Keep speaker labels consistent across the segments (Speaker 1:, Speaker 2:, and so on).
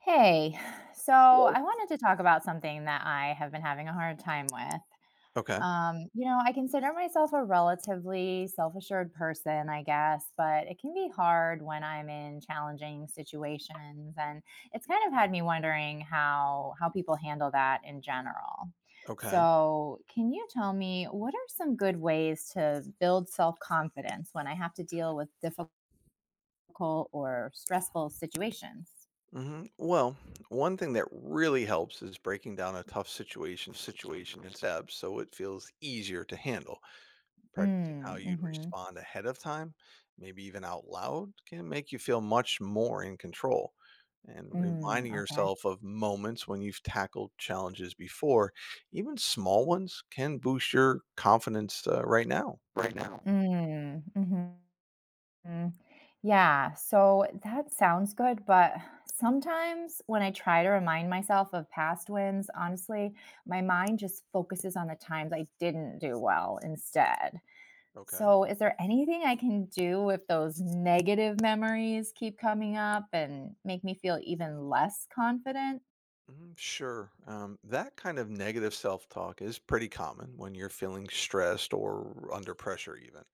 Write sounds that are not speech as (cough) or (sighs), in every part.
Speaker 1: Hey, so
Speaker 2: Hello.
Speaker 1: I wanted to talk about something that I have been having a hard time with.
Speaker 2: Okay.
Speaker 1: You know, I consider myself a relatively self assured person, I guess, but it can be hard when I'm in challenging situations. And it's kind of had me wondering how people handle that in general.
Speaker 2: Okay.
Speaker 1: So, can you tell me what are some good ways to build self confidence when I have to deal with difficult or stressful situations?
Speaker 2: Hmm. Well, one thing that really helps is breaking down a tough situation in steps so it feels easier to handle. Practicing how
Speaker 1: Mm.
Speaker 2: you'd
Speaker 1: Hmm.
Speaker 2: respond ahead of time, maybe even out loud, can make you feel much more in control. And
Speaker 1: Mm,
Speaker 2: reminding
Speaker 1: okay.
Speaker 2: yourself of moments when you've tackled challenges before, even small ones, can boost your confidence right now. Right now.
Speaker 1: Mm, mhm. Yeah, so that sounds good, but sometimes when I try to remind myself of past wins, honestly, my mind just focuses on the times I didn't do well instead.
Speaker 2: Okay.
Speaker 1: So, is there anything I can do if those negative memories keep coming up and make me feel even less confident?
Speaker 2: Mhm. Sure. That kind of negative self talk is pretty common when you're feeling stressed or under pressure, even.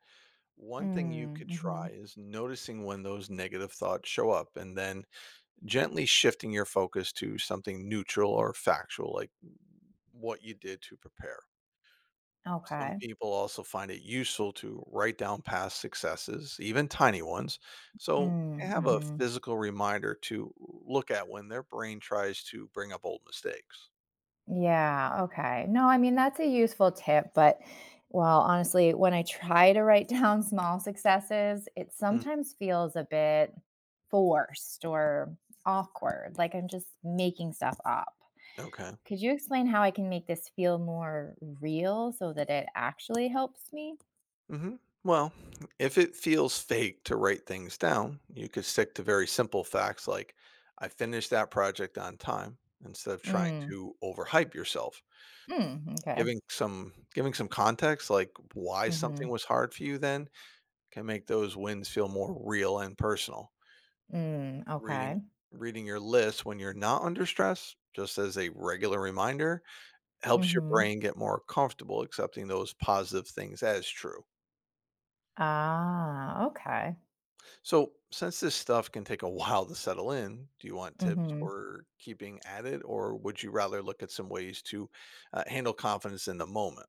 Speaker 2: One thing you
Speaker 1: Mm.
Speaker 2: could try
Speaker 1: Hmm.
Speaker 2: is noticing when those negative thoughts show up and then gently shifting your focus to something neutral or factual, like what you did to prepare. Some
Speaker 1: Okay.
Speaker 2: people also find it useful to write down past successes, even tiny ones. So they
Speaker 1: Mm,
Speaker 2: have a
Speaker 1: hmm.
Speaker 2: physical reminder to look at when their brain tries to bring up old mistakes.
Speaker 1: Yeah, okay. No, I mean, that's a useful tip, but well, honestly, when I try to write (laughs) down small successes, it
Speaker 2: Mm.
Speaker 1: sometimes feels a bit forced or awkward, like I'm just making stuff up.
Speaker 2: Okay.
Speaker 1: Could you explain how I can make this feel more real so that it actually helps me?
Speaker 2: Hmm. Well, if it feels fake to write things down, you could stick to very simple facts like, I finished that project on time instead of trying
Speaker 1: Mm.
Speaker 2: to overhype yourself.
Speaker 1: Mm, okay.
Speaker 2: Giving some context like why something
Speaker 1: Mhm.
Speaker 2: was hard for you then can make those wins feel more real and personal.
Speaker 1: Mm,
Speaker 2: Reading
Speaker 1: okay.
Speaker 2: reading your list when you're not under stress, just as a regular reminder, helps your
Speaker 1: Mhm.
Speaker 2: brain get more comfortable accepting those positive things as true.
Speaker 1: Ah, okay.
Speaker 2: So, since this stuff can take a while to settle in, do you want tips
Speaker 1: Mhm.
Speaker 2: for keeping at it, or would you rather look at some ways to handle confidence in the moment?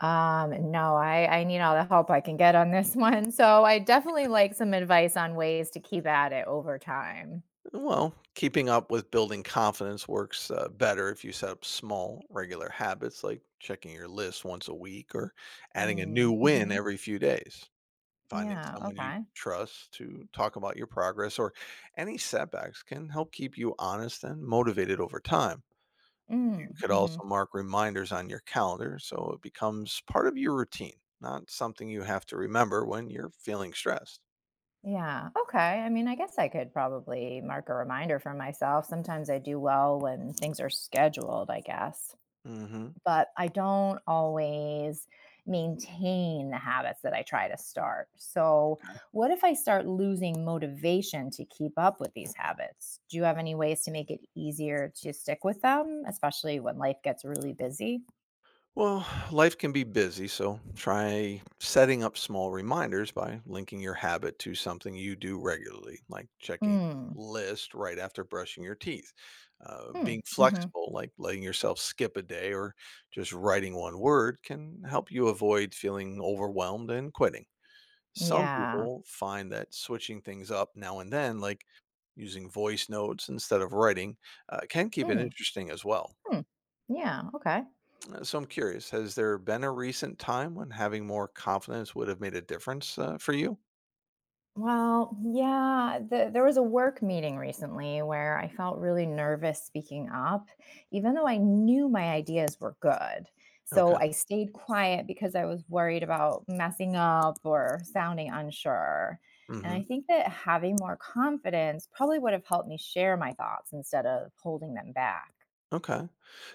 Speaker 1: No, I need all the help I can get on this (laughs) one. So I definitely like some advice on ways to keep at it over time.
Speaker 2: Well, keeping up with building confidence works better if you set up small, regular habits like checking your list once a week or adding a new
Speaker 1: Mm,
Speaker 2: win
Speaker 1: mhm.
Speaker 2: every few days. Finding
Speaker 1: Yeah,
Speaker 2: someone you
Speaker 1: okay.
Speaker 2: trust to talk about your progress or any setbacks can help keep you honest and motivated over time.
Speaker 1: Mm,
Speaker 2: You could also
Speaker 1: mhm.
Speaker 2: mark reminders on your calendar so it becomes part of your routine, not something you have to remember when you're feeling stressed.
Speaker 1: Yeah, okay. I mean, I guess I could probably mark a reminder for myself. Sometimes I do well when things are scheduled, I guess,
Speaker 2: Hmm.
Speaker 1: but I don't always maintain the habits that I try to start. So, what if I start losing motivation to keep up with these habits? Do you have any ways to make it easier to stick with them, especially when life gets really busy?
Speaker 2: Well, (sighs) life can be busy, so try setting up small reminders by linking your habit to something you do regularly, like checking
Speaker 1: Hmm.
Speaker 2: your list right after brushing your teeth,
Speaker 1: Hmm.
Speaker 2: being
Speaker 1: Hmm.
Speaker 2: flexible, like letting yourself skip a day or just writing one word, can help you avoid feeling overwhelmed and quitting. Some
Speaker 1: Yeah.
Speaker 2: people find that switching things up now and then, like using voice notes instead of writing, can keep it
Speaker 1: Hmm.
Speaker 2: interesting as well.
Speaker 1: Hmm. Yeah. Okay.
Speaker 2: So I'm curious, has there been a recent time when having more confidence would have made a difference for you?
Speaker 1: Well, yeah, there was a work meeting recently where I felt really nervous speaking up, even though I knew my ideas were good. So
Speaker 2: Okay.
Speaker 1: I stayed quiet because I was worried about messing up or sounding unsure. And
Speaker 2: Hmm.
Speaker 1: I think that having more confidence probably would have helped me share my thoughts instead of holding them back.
Speaker 2: Okay.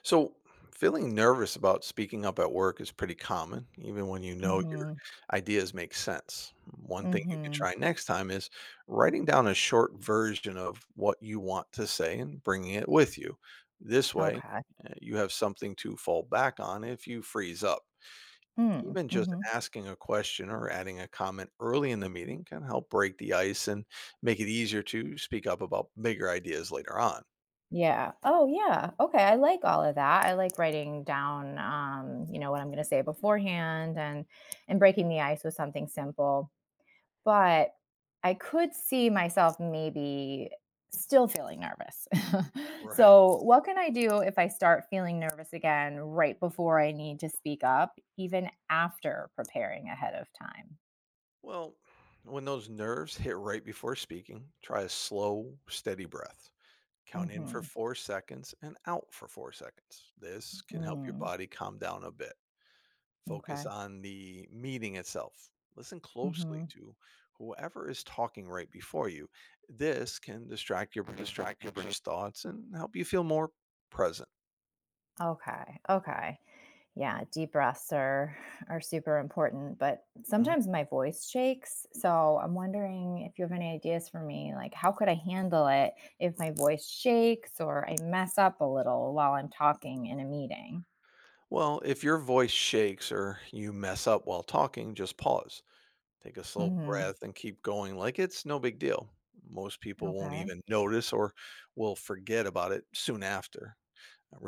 Speaker 2: So feeling nervous about speaking up at work is pretty common, even when you know your
Speaker 1: Mm-hmm.
Speaker 2: ideas make sense. One thing you can
Speaker 1: Mm-hmm.
Speaker 2: try next time is writing down a short version of what you want to say and bringing it with you. This way,
Speaker 1: Okay.
Speaker 2: you have something to fall back on if you freeze up.
Speaker 1: Hmm.
Speaker 2: Even just
Speaker 1: Mm-hmm.
Speaker 2: asking a question or adding a comment early in the meeting can help break the ice and make it easier to speak up about bigger ideas later on.
Speaker 1: Yeah. Oh, yeah. Okay. I like all of that. I like writing down, you know, what I'm going to say beforehand, and breaking the ice with something simple. But I could see myself maybe still feeling nervous. (laughs)
Speaker 2: Right.
Speaker 1: So, what can I do if I start feeling nervous again right before I need to speak up, even after preparing ahead of time?
Speaker 2: Well, when those nerves hit right before speaking, try a slow, steady breath. Count in for
Speaker 1: Mhm.
Speaker 2: 4 seconds and out for 4 seconds. This can help your
Speaker 1: Mm,
Speaker 2: body calm down a bit. Focus
Speaker 1: okay.
Speaker 2: on the meeting itself. Listen closely
Speaker 1: Mhm.
Speaker 2: to whoever is talking right before you. This can distract your brain from thoughts and help you feel more present.
Speaker 1: Okay. Okay. Yeah, deep breaths are super important, but
Speaker 2: Mhm.
Speaker 1: sometimes my voice shakes. So I'm wondering if you have any ideas for me, like how could I handle it if my voice shakes or I mess up a little while I'm talking in a meeting?
Speaker 2: Well, if your voice shakes or you mess up while talking, just pause. Take a slow
Speaker 1: Mhm.
Speaker 2: breath and keep going like it's no big deal. Most people won't
Speaker 1: Okay.
Speaker 2: even notice or will forget about it soon after.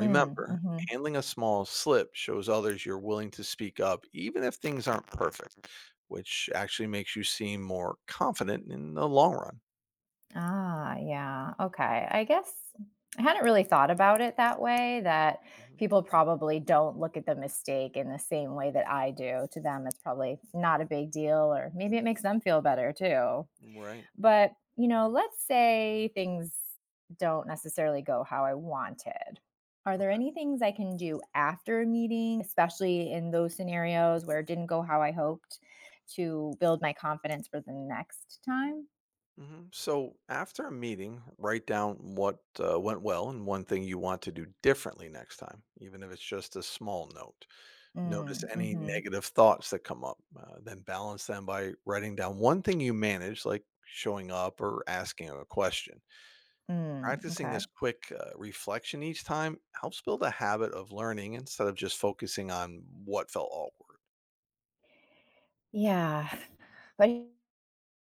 Speaker 1: Mm, mhm.
Speaker 2: handling a small slip shows others you're willing to speak up, even if things aren't perfect, which actually makes you seem more confident in the long run.
Speaker 1: Ah, yeah. Okay. I guess I hadn't really thought about it that way, that
Speaker 2: Mhm.
Speaker 1: people probably don't look at the mistake in the same way that I do. To them, it's probably not a big deal, or maybe it makes them feel better too.
Speaker 2: Right.
Speaker 1: But, you know, let's say things don't necessarily go how I wanted. Are there
Speaker 2: Okay.
Speaker 1: any things I can do after a meeting, especially in those scenarios where it didn't go how I hoped, to build my confidence for the next time?
Speaker 2: Hmm. So after a meeting, write down what went well and one thing you want to do differently next time, even if it's just a small note. Notice
Speaker 1: Mm.
Speaker 2: any
Speaker 1: Hmm.
Speaker 2: negative thoughts that come up, then balance them by writing down one thing you manage, like showing up or asking a question.
Speaker 1: Mm,
Speaker 2: Practicing
Speaker 1: okay.
Speaker 2: this quick reflection each time helps build a habit of learning instead of just focusing on what felt awkward.
Speaker 1: Yeah. (laughs) (sighs) But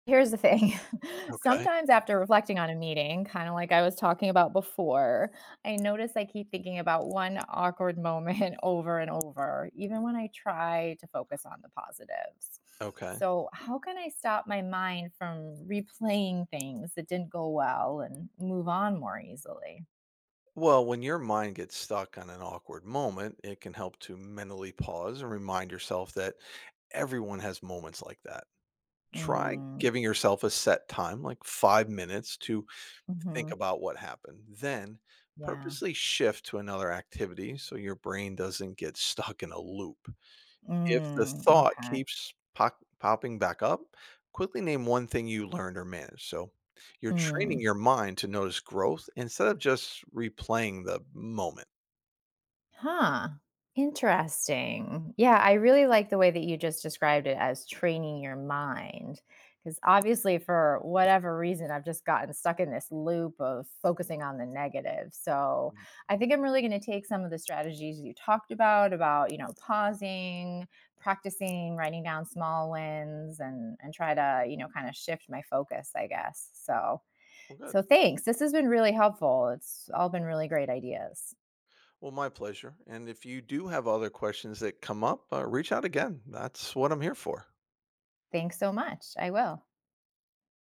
Speaker 1: here's the thing. (laughs)
Speaker 2: Okay.
Speaker 1: Sometimes after reflecting on a meeting, kind of like I was talking about before, I notice I keep thinking about one awkward moment (laughs) over and over, even when I try to focus on the positives.
Speaker 2: Okay.
Speaker 1: So, how can I stop my mind from replaying things that didn't go well and move on more easily?
Speaker 2: Well, when your mind gets stuck on an awkward moment, it can help to mentally pause and remind yourself that everyone has moments like that. Try
Speaker 1: Mm.
Speaker 2: giving yourself a set time, like 5 minutes, to think
Speaker 1: Hmm.
Speaker 2: about what happened. Then
Speaker 1: Yeah.
Speaker 2: purposely shift to another activity so your brain doesn't get (laughs) stuck in a loop. If the
Speaker 1: Mm,
Speaker 2: thought
Speaker 1: okay.
Speaker 2: keeps popping back up, quickly name one thing you learned or managed. So you're training
Speaker 1: Mm.
Speaker 2: your mind to notice growth instead of just replaying the moment.
Speaker 1: Huh, interesting. Yeah, I really like the way that you just described it as training your mind. Because obviously, for whatever reason, I've just gotten stuck in this loop of focusing on the negative. So I think I'm really going to take some of the strategies you talked about, you know, pausing, practicing, writing down small wins, and try to, you know, kind of shift my focus, I guess. So
Speaker 2: Well, good.
Speaker 1: thanks. This has been really helpful. It's all been really great ideas.
Speaker 2: Well, my pleasure. And if you do have other questions that come up, reach out again. That's what I'm here for.
Speaker 1: Thanks so much. I will.